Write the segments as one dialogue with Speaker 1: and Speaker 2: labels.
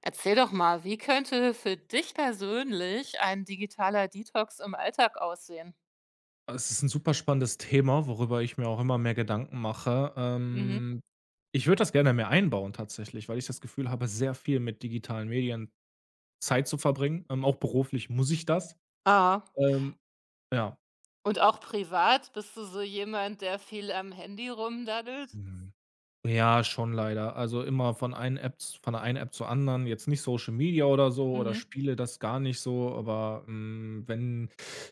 Speaker 1: Erzähl doch mal, wie könnte für dich persönlich ein digitaler Detox im Alltag aussehen?
Speaker 2: Es ist ein super spannendes Thema, worüber ich mir auch immer mehr Gedanken mache.
Speaker 1: Mhm.
Speaker 2: Ich würde das gerne mehr einbauen tatsächlich, weil ich das Gefühl habe, sehr viel mit digitalen Medien Zeit zu verbringen. Auch beruflich muss ich das.
Speaker 1: Ah.
Speaker 2: Ähm, ja.
Speaker 1: Und auch privat? Bist du so jemand, der viel am Handy rumdaddelt?
Speaker 2: Ja, schon leider. Also, immer von der einen App zur anderen, jetzt nicht Social Media oder so oder
Speaker 1: Mhm.
Speaker 2: Spiele, das gar nicht so, aber, wenn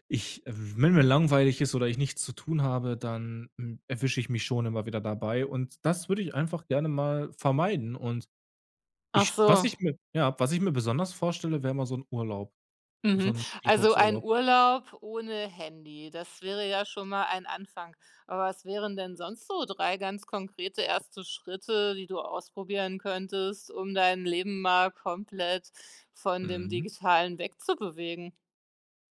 Speaker 2: ich äh, wenn mir langweilig ist oder ich nichts zu tun habe, dann, erwische ich mich schon immer wieder dabei, und das würde ich einfach gerne mal vermeiden. Und
Speaker 1: Ach
Speaker 2: ich was
Speaker 1: so.
Speaker 2: ich mir ja, was ich mir besonders vorstelle, wäre mal so ein Urlaub, so
Speaker 1: Mhm.
Speaker 2: ein
Speaker 1: Also ein
Speaker 2: Detox-Urlaub.
Speaker 1: Urlaub ohne Handy, das wäre ja schon mal ein Anfang. Aber was wären denn sonst so 3 ganz konkrete erste Schritte, die du ausprobieren könntest, um dein Leben mal komplett von dem
Speaker 2: Mhm.
Speaker 1: Digitalen wegzubewegen?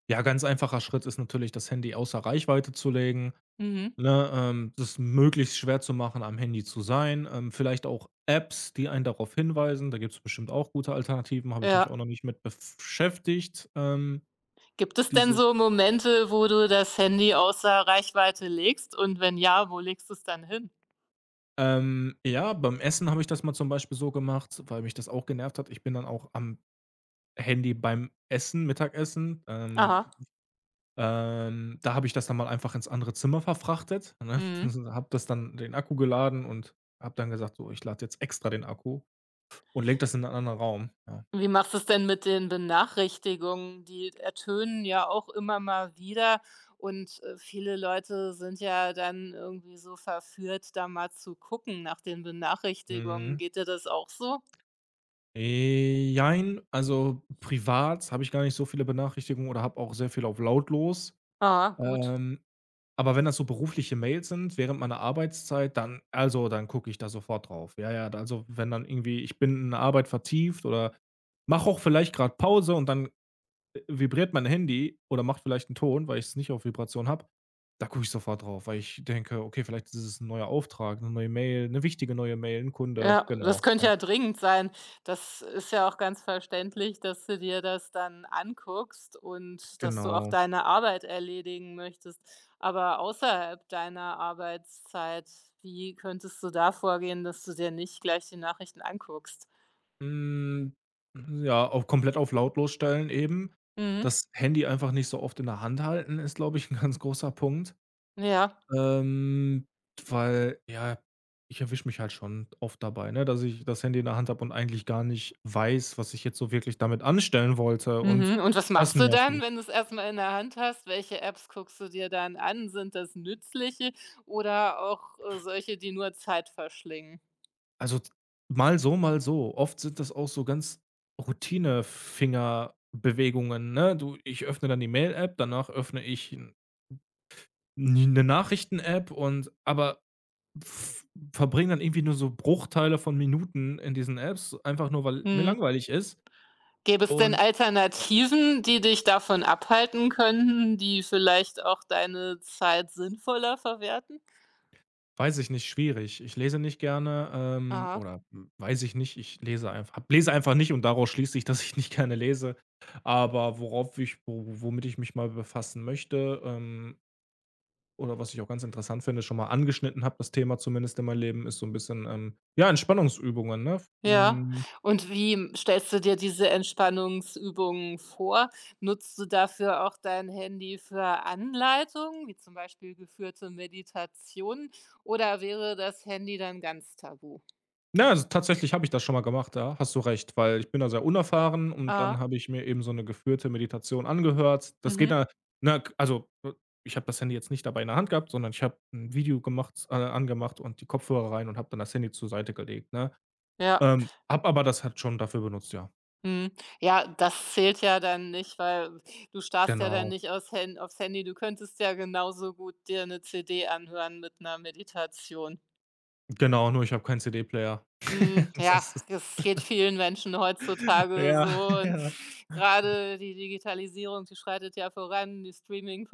Speaker 2: Ja, ganz einfacher Schritt ist natürlich, das Handy außer Reichweite zu legen.
Speaker 1: Mhm.
Speaker 2: Ne, das ist möglichst schwer zu machen, am Handy zu sein. Vielleicht auch Apps, die einen darauf hinweisen. Da gibt es bestimmt auch gute Alternativen, habe ich mich auch
Speaker 1: Ja.
Speaker 2: noch nicht mit beschäftigt,
Speaker 1: Gibt es
Speaker 2: die
Speaker 1: denn
Speaker 2: so
Speaker 1: so Momente, wo du das Handy außer Reichweite legst, und wenn ja, wo legst du es dann hin?
Speaker 2: ja, beim Essen habe ich das mal zum Beispiel so gemacht, weil mich das auch genervt hat. Ich bin dann auch am Handy beim Essen, Mittagessen.
Speaker 1: Aha.
Speaker 2: Da habe ich das dann mal einfach ins andere Zimmer verfrachtet, ne?
Speaker 1: Mhm.
Speaker 2: Habe das dann den Akku geladen und habe dann gesagt: „So, ich lade jetzt extra den Akku" und lege das in einen anderen Raum. Ja.
Speaker 1: Wie machst du es denn mit den Benachrichtigungen? Die ertönen ja auch immer mal wieder und, viele Leute sind ja dann irgendwie so verführt, da mal zu gucken nach den Benachrichtigungen.
Speaker 2: Mhm.
Speaker 1: Geht dir das auch so?
Speaker 2: Jein, also privat habe ich gar nicht so viele Benachrichtigungen oder habe auch sehr viel auf lautlos.
Speaker 1: Ah, gut.
Speaker 2: Ähm, aber wenn das so berufliche Mails sind während meiner Arbeitszeit, dann gucke ich da sofort drauf. Ja, ja, also wenn dann irgendwie, ich bin in der Arbeit vertieft oder mache auch vielleicht gerade Pause und dann vibriert mein Handy oder macht vielleicht 'n Ton, weil ich es nicht auf Vibration habe, da gucke ich sofort drauf, weil ich denke: „Okay, vielleicht ist es ein neuer Auftrag, eine neue Mail, eine wichtige neue Mail, ein Kunde."
Speaker 1: Ja, das
Speaker 2: Genau,
Speaker 1: könnte
Speaker 2: ja,
Speaker 1: ja dringend sein. Das ist ja auch ganz verständlich, dass du dir das dann anguckst und dass du auch
Speaker 2: genau.
Speaker 1: deine Arbeit erledigen möchtest. Aber außerhalb deiner Arbeitszeit, wie könntest du da vorgehen, dass du dir nicht gleich die Nachrichten anguckst?
Speaker 2: Hm, ja, auch komplett auf lautlos stellen eben.
Speaker 1: Mhm.
Speaker 2: Das Handy einfach nicht so oft in der Hand halten ist, glaube ich, 'n ganz großer Punkt.
Speaker 1: Ja.
Speaker 2: Ähm, Weil, ja, ich erwische mich halt schon oft dabei, ne, dass ich das Handy in der Hand habe und eigentlich gar nicht weiß, was ich jetzt so wirklich damit anstellen wollte, und
Speaker 1: Mhm. Und was
Speaker 2: das
Speaker 1: machst du
Speaker 2: nervt
Speaker 1: dann,
Speaker 2: mich.
Speaker 1: wenn du es erstmal in der Hand hast? Welche Apps guckst du dir dann an? Sind das nützliche oder auch, solche, die nur Zeit verschlingen?
Speaker 2: Also, t mal so, mal so. Oft sind das auch so ganz Routine-Fingerbewegungen, ne? Du, ich öffne dann die Mail-App, danach öffne ich N 'ne Nachrichten-App, und aber v verbringe dann irgendwie nur so Bruchteile von Minuten in diesen Apps, einfach nur, weil mir
Speaker 1: Mhm.
Speaker 2: langweilig ist.
Speaker 1: Gäbe es denn
Speaker 2: Und ja,
Speaker 1: Alternativen, die dich davon abhalten könnten, die vielleicht auch deine Zeit sinnvoller verwerten?
Speaker 2: weiß ich nicht, schwierig. Ich lese nicht gerne,
Speaker 1: Aha,
Speaker 2: oder weiß ich nicht, ich lese einfach nicht, und daraus schließe ich, dass ich nicht gerne lese. Aber worauf ich wo womit ich mich mal befassen möchte, oder was ich auch ganz interessant finde, schon mal angeschnitten habe, das Thema zumindest in meinem Leben, ist so 'n bisschen, ja, Entspannungsübungen, ne? F
Speaker 1: ja.
Speaker 2: hm
Speaker 1: Und wie, stellst du dir diese Entspannungsübungen vor? Nutzt du dafür auch dein Handy für Anleitungen, wie zum Beispiel geführte Meditationen, oder wäre das Handy dann ganz tabu?
Speaker 2: Na, also tatsächlich habe ich das schon mal gemacht. Da hast du recht, weil ich bin da sehr unerfahren, und dann
Speaker 1: Aha,
Speaker 2: habe ich mir eben so 'ne geführte Meditation angehört. Das
Speaker 1: mhm.
Speaker 2: geht da, ne? Ich habe das Handy jetzt nicht dabei in der Hand gehabt, sondern ich habe 'n Video gemacht angemacht und die Kopfhörer rein und habe dann das Handy zur Seite gelegt, ne?
Speaker 1: Ja.
Speaker 2: Habe aber das halt schon dafür benutzt, ja.
Speaker 1: Mhm. Ja, das zählt ja dann nicht, weil du starrst ja dann
Speaker 2: Genau,
Speaker 1: nicht aus Hand aufs Handy. Du könntest ja genauso gut dir 'ne CD anhören mit 'ner Meditation.
Speaker 2: genau, nur ich habe keinen CD-Player.
Speaker 1: Hm,
Speaker 2: Das
Speaker 1: ja,
Speaker 2: ist
Speaker 1: es geht vielen Menschen heutzutage
Speaker 2: ja,
Speaker 1: so, und
Speaker 2: ja.
Speaker 1: gerade die Digitalisierung, die schreitet ja voran, die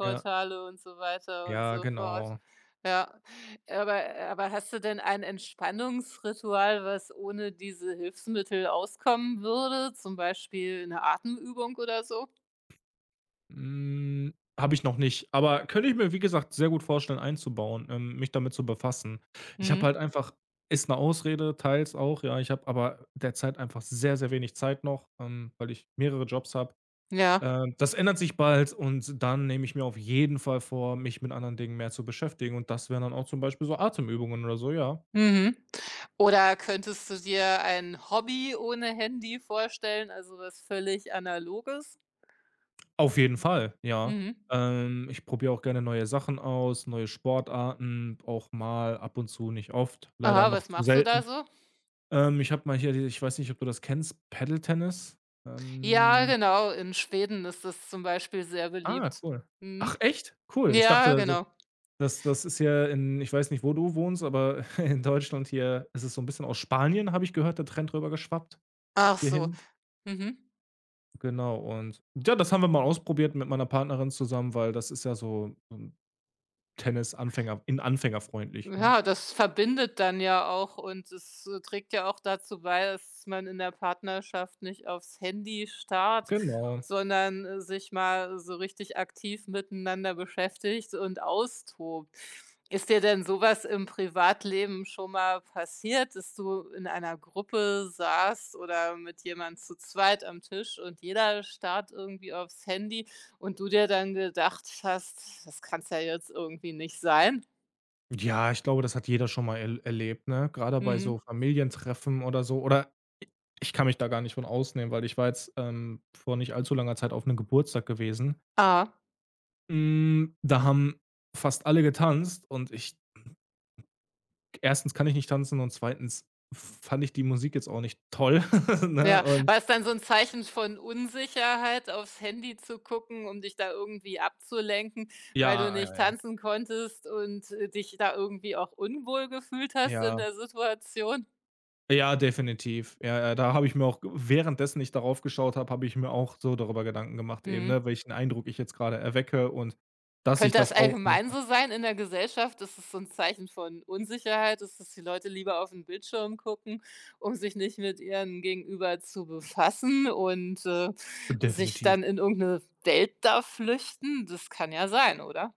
Speaker 2: Ja,
Speaker 1: und so weiter und
Speaker 2: ja,
Speaker 1: so fort.
Speaker 2: genau.
Speaker 1: Ja, aber hast du denn ein Entspannungsritual, was ohne diese Hilfsmittel auskommen würde, zum Beispiel eine Atemübung oder so?
Speaker 2: Hm, Habe ich noch nicht, aber könnte ich mir, wie gesagt, sehr gut vorstellen einzubauen, mich damit zu befassen. Ich habe
Speaker 1: Mhm.
Speaker 2: halt einfach Ist 'ne Ausrede, teils auch, ja, ich habe aber derzeit einfach sehr, sehr wenig Zeit noch, weil ich mehrere Jobs habe.
Speaker 1: Ja.
Speaker 2: Das ändert sich bald, und dann nehme ich mir auf jeden Fall vor, mich mit anderen Dingen mehr zu beschäftigen, und das wären dann auch zum Beispiel so Atemübungen oder so, ja.
Speaker 1: Mhm. Oder könntest du dir ein Hobby ohne Handy vorstellen, also was völlig Analoges?
Speaker 2: Auf jeden Fall, ja.
Speaker 1: Mhm.
Speaker 2: Ich probiere auch gerne neue Sachen aus, neue Sportarten, auch mal ab und zu, nicht oft, leider
Speaker 1: Aha,
Speaker 2: noch
Speaker 1: was
Speaker 2: zu
Speaker 1: machst du da
Speaker 2: selten.
Speaker 1: so?
Speaker 2: Ich habe mal hier die ich weiß nicht, ob du das kennst, Paddle-Tennis?
Speaker 1: Ja,
Speaker 2: Ähm,
Speaker 1: genau, in Schweden ist das zum Beispiel sehr
Speaker 2: ah,
Speaker 1: beliebt.
Speaker 2: cool.
Speaker 1: Mhm.
Speaker 2: Ach echt? Cool. Ich dachte,
Speaker 1: Ja,
Speaker 2: also,
Speaker 1: genau.
Speaker 2: das ist ja in ich weiß nicht, wo du wohnst, aber in Deutschland hier ist es so ein bisschen aus Spanien, habe ich gehört, der Trend rüber geschwappt
Speaker 1: Ach so.
Speaker 2: hierhin.
Speaker 1: Mhm.
Speaker 2: Genau, und ja, das haben wir mal ausprobiert mit meiner Partnerin zusammen, weil das ist ja so 'n Tennis-Anfänger in anfängerfreundlich, ne?
Speaker 1: Ja, das verbindet dann ja auch, und es, trägt ja auch dazu bei, dass man in der Partnerschaft nicht aufs Handy starrt,
Speaker 2: Genau.
Speaker 1: sondern, sich mal so richtig aktiv miteinander beschäftigt und austobt. Ist dir denn sowas im Privatleben schon mal passiert, dass du in einer Gruppe saßt oder mit jemand zu zweit am Tisch und jeder starrt irgendwie aufs Handy und du dir dann gedacht hast: „Das kann's ja jetzt irgendwie nicht sein?“
Speaker 2: Ja, ich glaube, das hat jeder schon mal er erlebt, ne? Gerade bei so
Speaker 1: Mhm.
Speaker 2: Familientreffen oder so, oder i ich kann mich da gar nicht von ausnehmen, weil ich war jetzt vor nicht allzu langer Zeit auf 'nem Geburtstag gewesen.
Speaker 1: Ah,
Speaker 2: Da haben fast alle getanzt, und ich erstens kann ich nicht tanzen und zweitens fand ich die Musik jetzt auch nicht toll, ne?
Speaker 1: ja.
Speaker 2: Und
Speaker 1: War es dann so 'n Zeichen von Unsicherheit, aufs Handy zu gucken, um dich da irgendwie abzulenken, weil du
Speaker 2: ja, ja,
Speaker 1: nicht
Speaker 2: ja.
Speaker 1: tanzen konntest und, dich da irgendwie auch unwohl gefühlt hast in
Speaker 2: Ja.
Speaker 1: der Situation?
Speaker 2: Ja, definitiv. Ja, ja, da habe ich mir auch g währenddessen ich darauf geschaut habe, habe ich mir auch so darüber Gedanken gemacht eben,
Speaker 1: Mhm.
Speaker 2: ne, welchen Eindruck ich jetzt gerade erwecke und dass ich
Speaker 1: Könnte das
Speaker 2: das auch
Speaker 1: allgemein
Speaker 2: mache.
Speaker 1: so sein in der Gesellschaft? Ist es so 'n Zeichen von Unsicherheit, ist, dass die Leute lieber auf 'n Bildschirm gucken, um sich nicht mit ihrem Gegenüber zu befassen und, sich
Speaker 2: Definitiv.
Speaker 1: dann in irgend 'ne Welt da flüchten? Das kann ja sein, oder?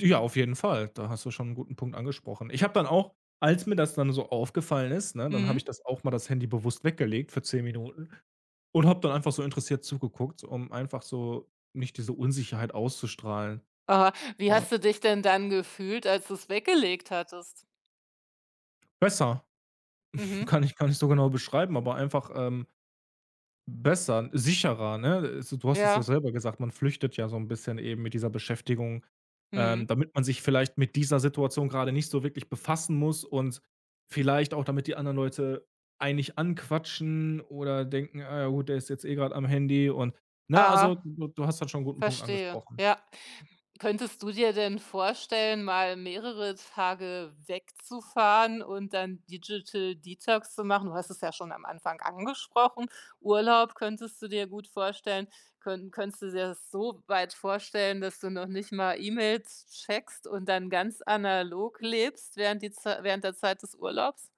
Speaker 2: Ja, auf jeden Fall. Da hast du schon einen guten Punkt angesprochen. Ich habe dann auch, als mir das dann so aufgefallen ist, ne, dann habe
Speaker 1: Mhm.
Speaker 2: ich das auch mal das Handy bewusst weggelegt für 10 Minuten und habe dann einfach so interessiert zugeguckt, um einfach so nicht diese Unsicherheit auszustrahlen.
Speaker 1: Aha. Wie
Speaker 2: Ja.
Speaker 1: hast du dich denn dann gefühlt, als du's weggelegt hattest?
Speaker 2: Besser.
Speaker 1: Mhm.
Speaker 2: Kann ich gar nicht so genau beschreiben, aber einfach, besser, sicherer, ne? Also, du hast es ja
Speaker 1: Ja.
Speaker 2: selber gesagt, man flüchtet ja so ein bisschen eben mit dieser Beschäftigung,
Speaker 1: Mhm.
Speaker 2: damit man sich vielleicht mit dieser Situation gerade nicht so wirklich befassen muss, und vielleicht auch, damit die anderen Leute einen nicht anquatschen oder denken: „Ah, ja, gut, der ist jetzt eh gerade am Handy", und ne, also,
Speaker 1: Aha.
Speaker 2: du hast da schon einen guten Punkt
Speaker 1: Verstehe.
Speaker 2: angesprochen.
Speaker 1: Ja. Könntest du dir denn vorstellen, mal mehrere Tage wegzufahren und dann Digital Detox zu machen? Du hast es ja schon am Anfang angesprochen. Urlaub könntest du dir gut vorstellen. Könntest du dir das so weit vorstellen, dass du noch nicht mal E-Mails checkst und dann ganz analog lebst während der Zeit des Urlaubs?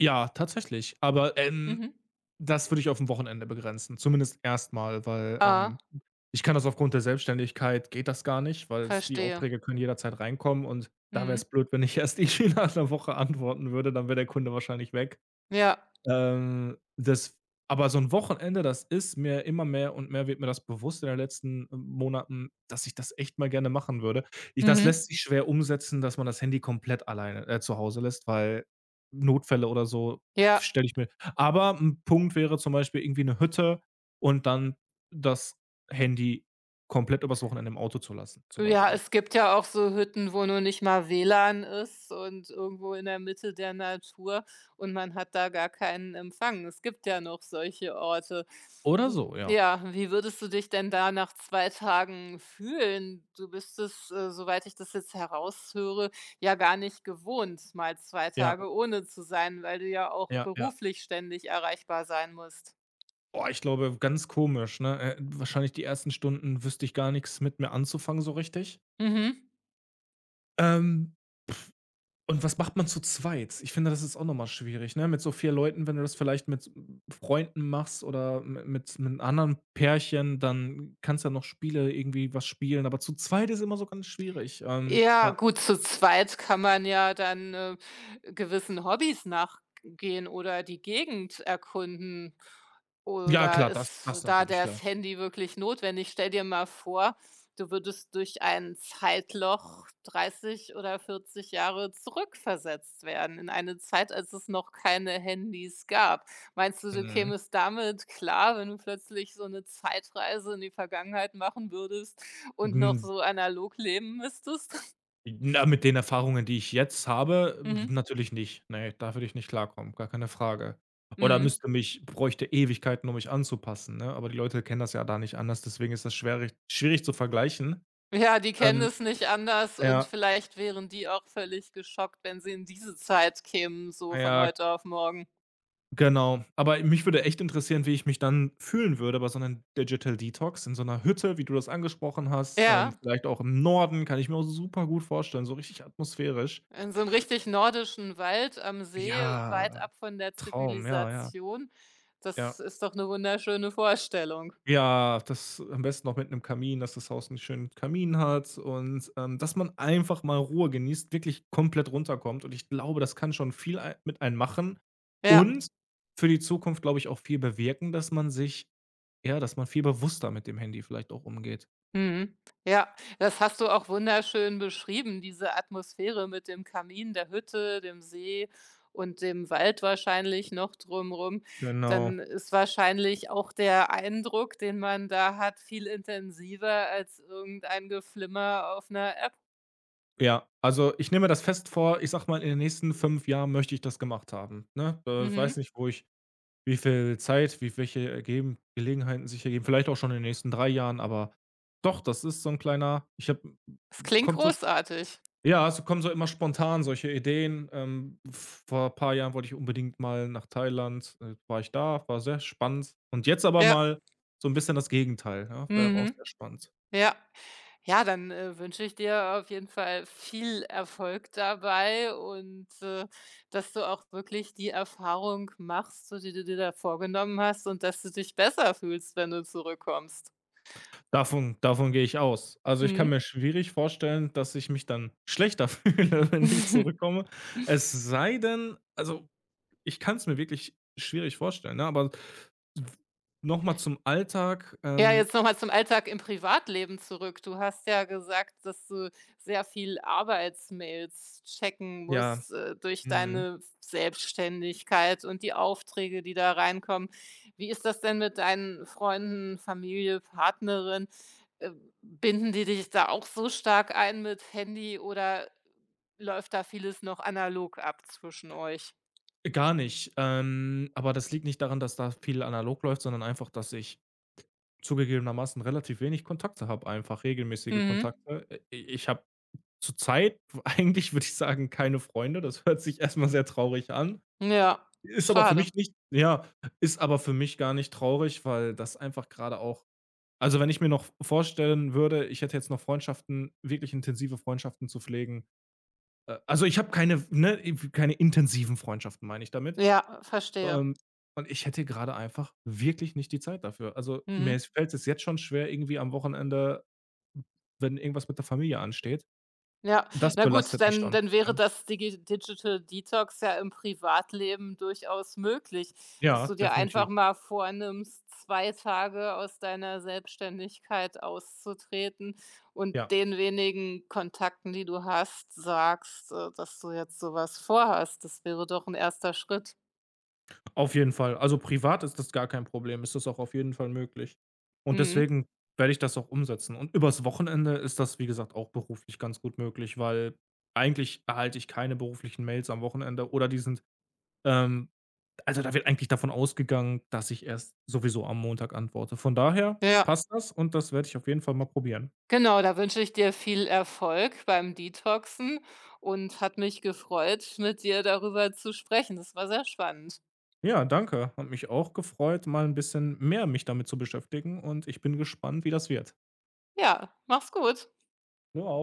Speaker 2: Ja, tatsächlich, aber.
Speaker 1: Mhm.
Speaker 2: Das würde ich auf'n Wochenende begrenzen, zumindest erstmal, weil,
Speaker 1: Aha.
Speaker 2: ich kann das aufgrund der Selbstständigkeit geht das gar nicht, weil es die
Speaker 1: Verstehe.
Speaker 2: Aufträge können jederzeit reinkommen, und da wär's
Speaker 1: Mhm.
Speaker 2: blöd, wenn ich erst irgendwie nach 'ner Woche antworten würde, dann wäre der Kunde wahrscheinlich weg.
Speaker 1: Ja.
Speaker 2: Das Aber so 'n Wochenende, das ist mir immer mehr und mehr wird mir das bewusst in den letzten Monaten, dass ich das echt mal gerne machen würde. Ich Das lässt
Speaker 1: Mhm.
Speaker 2: sich schwer umsetzen, dass man das Handy komplett alleine zu Hause lässt, weil Notfälle oder so,
Speaker 1: Ja.
Speaker 2: stelle ich mir Aber 'n Punkt wäre zum Beispiel irgendwie 'ne Hütte, und dann das Handy komplett übers Wochenende im Auto zu lassen, zum
Speaker 1: Ja,
Speaker 2: Beispiel.
Speaker 1: es gibt ja auch so Hütten, wo nur nicht mal WLAN ist und irgendwo in der Mitte der Natur, und man hat da gar keinen Empfang. Es gibt ja noch solche Orte.
Speaker 2: Oder
Speaker 1: N
Speaker 2: so, ja.
Speaker 1: Ja, wie würdest du dich denn da nach 2 Tagen fühlen? Du bist es, soweit ich das jetzt heraushöre, ja gar nicht gewohnt, mal zwei
Speaker 2: Ja,
Speaker 1: Tage ohne zu sein, weil du ja auch
Speaker 2: ja, ja.
Speaker 1: beruflich ständig erreichbar sein musst.
Speaker 2: Boah, ich glaube, ganz komisch, ne? Wahrscheinlich die ersten Stunden wüsste ich gar nichts mit mir anzufangen so richtig.
Speaker 1: Mhm.
Speaker 2: Ähm, und was macht man zu zweit? Ich finde, das ist auch nochmal schwierig, ne? Mit so 4 Leuten, wenn du das vielleicht mit Freunden machst oder mi mit einem anderen Pärchen, dann kannst du ja noch Spiele irgendwie was spielen, aber zu zweit ist immer so ganz schwierig.
Speaker 1: Ja,
Speaker 2: Ja.
Speaker 1: gut, zu zweit kann man ja dann, gewissen Hobbys nachgehen oder die Gegend erkunden.
Speaker 2: Ja,
Speaker 1: Oder
Speaker 2: klar, das
Speaker 1: ist
Speaker 2: das
Speaker 1: da
Speaker 2: natürlich, klar.
Speaker 1: das Handy wirklich notwendig? Stell dir mal vor, du würdest durch ein Zeitloch 30 oder 40 Jahre zurückversetzt werden in eine Zeit, als es noch keine Handys gab. Meinst du, du
Speaker 2: Mhm.
Speaker 1: kämest damit klar, wenn du plötzlich so eine Zeitreise in die Vergangenheit machen würdest? Und noch
Speaker 2: Mhm.
Speaker 1: so analog leben müsstest?
Speaker 2: Na, mit den Erfahrungen, die ich jetzt habe,
Speaker 1: Mhm,
Speaker 2: natürlich nicht. Ne, da würde ich nicht klarkommen, gar keine Frage. Oder
Speaker 1: mhm.
Speaker 2: müsste mich bräuchte Ewigkeiten, um mich anzupassen, ne? Aber die Leute kennen das ja da nicht anders, deswegen ist das schwerig schwierig zu vergleichen.
Speaker 1: Ja, die kennen
Speaker 2: Ähm,
Speaker 1: es nicht anders, und
Speaker 2: ja,
Speaker 1: vielleicht wären die auch völlig geschockt, wenn sie in diese Zeit kämen, so von
Speaker 2: ja,
Speaker 1: heute auf morgen.
Speaker 2: genau. Aber mich würde echt interessieren, wie ich mich dann fühlen würde bei so 'nem Digital Detox in so 'ner Hütte, wie du das angesprochen hast.
Speaker 1: Ja,
Speaker 2: Vielleicht auch im Norden, kann ich mir auch super gut vorstellen, so richtig atmosphärisch.
Speaker 1: in so 'nem richtig nordischen Wald am See, weit
Speaker 2: Ja,
Speaker 1: ab von der
Speaker 2: Traum, ja, ja,
Speaker 1: Zivilisation.
Speaker 2: ja.
Speaker 1: Das ist doch 'ne wunderschöne Vorstellung.
Speaker 2: Ja, das am besten noch mit einem Kamin, dass das Haus 'n schönen Kamin hat, und dass man einfach mal Ruhe genießt, wirklich komplett runterkommt, und ich glaube, das kann schon viel ei mit einem machen
Speaker 1: Ja.
Speaker 2: und für die Zukunft, glaube ich, auch viel bewirken, dass man sich, ja, dass man viel bewusster mit dem Handy vielleicht auch umgeht.
Speaker 1: Mhm. Ja, das hast du auch wunderschön beschrieben, diese Atmosphäre mit dem Kamin, der Hütte, dem See und dem Wald wahrscheinlich noch drumrum.
Speaker 2: Genau.
Speaker 1: Dann ist wahrscheinlich auch der Eindruck, den man da hat, viel intensiver als irgendein Geflimmer auf einer App.
Speaker 2: Ja, also, ich nehme das fest vor, ich sag mal, in den nächsten 5 Jahren möchte ich das gemacht haben, ne? Ich
Speaker 1: Mhm.
Speaker 2: weiß nicht, wo ich. Wie viel Zeit, wie welche ergeben Gelegenheiten sich ergeben, vielleicht auch schon in den nächsten 3 Jahren, aber doch, das ist so ein kleiner, ich habe,
Speaker 1: Das klingt
Speaker 2: kommt so,
Speaker 1: großartig.
Speaker 2: ja, es kommen so immer spontan solche Ideen. Vor ein paar Jahren wollte ich unbedingt mal nach Thailand war ich da, war sehr spannend. Und jetzt aber
Speaker 1: Ja.
Speaker 2: mal so ein bisschen das Gegenteil, ja, wäre auch
Speaker 1: Mhm.
Speaker 2: sehr spannend.
Speaker 1: Ja. Ja, dann, wünsche ich dir auf jeden Fall viel Erfolg dabei und, dass du auch wirklich die Erfahrung machst, so die du dir da vorgenommen hast, und dass du dich besser fühlst, wenn du zurückkommst.
Speaker 2: Davon gehe ich aus. Also, ich kann
Speaker 1: Mhm.
Speaker 2: mir schwierig vorstellen, dass ich mich dann schlechter fühle, wenn ich zurückkomme. Es sei denn, also. Ich kann es mir wirklich schwierig vorstellen, ne? Aber w noch mal zum Alltag,
Speaker 1: Ja, jetzt nochmal zum Alltag im Privatleben zurück. Du hast ja gesagt, dass du sehr viel Arbeitsmails checken
Speaker 2: ja,
Speaker 1: musst, durch
Speaker 2: mhm,
Speaker 1: deine Selbstständigkeit und die Aufträge, die da reinkommen. Wie ist das denn mit deinen Freunden, Familie, Partnerin? Äh, Binden die dich da auch so stark ein mit Handy, oder läuft da vieles noch analog ab zwischen euch?
Speaker 2: gar nicht. Aber das liegt nicht daran, dass da viel analog läuft, sondern einfach, dass ich zugegebenermaßen relativ wenig Kontakte habe einfach, regelmäßige
Speaker 1: Mhm.
Speaker 2: Kontakte. I Ich habe zurzeit eigentlich, würde ich sagen, keine Freunde. Das hört sich erst mal sehr traurig an.
Speaker 1: Ja,
Speaker 2: Ist aber für
Speaker 1: schade.
Speaker 2: mich nicht ja, Ist aber für mich gar nicht traurig, weil das einfach gerade auch. Also, wenn ich mir noch vorstellen würde, ich hätte jetzt noch Freundschaften wirklich intensive Freundschaften zu pflegen also, ich habe keine, ne, keine intensiven Freundschaften, meine ich damit.
Speaker 1: Ja, verstehe.
Speaker 2: Ähm, und ich hätte gerade einfach wirklich nicht die Zeit dafür. Also, mir
Speaker 1: Mhm.
Speaker 2: es fällt es jetzt schon schwer, irgendwie am Wochenende, wenn irgendwas mit der Familie ansteht.
Speaker 1: Ja,
Speaker 2: Das
Speaker 1: na gut,
Speaker 2: belastet mich
Speaker 1: dann
Speaker 2: schon,
Speaker 1: dann wäre
Speaker 2: ne?
Speaker 1: das Digital Detox ja im Privatleben durchaus möglich, dass
Speaker 2: Ja,
Speaker 1: du dir einfach
Speaker 2: definitiv.
Speaker 1: mal vornimmst, 2 Tage aus deiner Selbstständigkeit auszutreten und
Speaker 2: Ja.
Speaker 1: den wenigen Kontakten, die du hast, sagst, dass du jetzt so was vorhast. Das wäre doch ein erster Schritt.
Speaker 2: Auf jeden Fall. Also, privat ist das gar kein Problem, ist das auch auf jeden Fall möglich. Und
Speaker 1: Mhm.
Speaker 2: deswegen werde ich das auch umsetzen. Und übers Wochenende ist das, wie gesagt, auch beruflich ganz gut möglich, weil eigentlich erhalte ich keine beruflichen Mails am Wochenende, oder die sind, ähm also, da wird eigentlich davon ausgegangen, dass ich erst sowieso am Montag antworte. Von daher
Speaker 1: Ja,
Speaker 2: passt das, und das werde ich auf jeden Fall mal probieren.
Speaker 1: genau, da wünsche ich dir viel Erfolg beim Detoxen, und hat mich gefreut, mit dir darüber zu sprechen. Das war sehr spannend.
Speaker 2: Ja, danke. Hat mich auch gefreut, mal ein bisschen mehr mich damit zu beschäftigen, und ich bin gespannt, wie das wird.
Speaker 1: Ja, mach's gut.
Speaker 2: Du auch.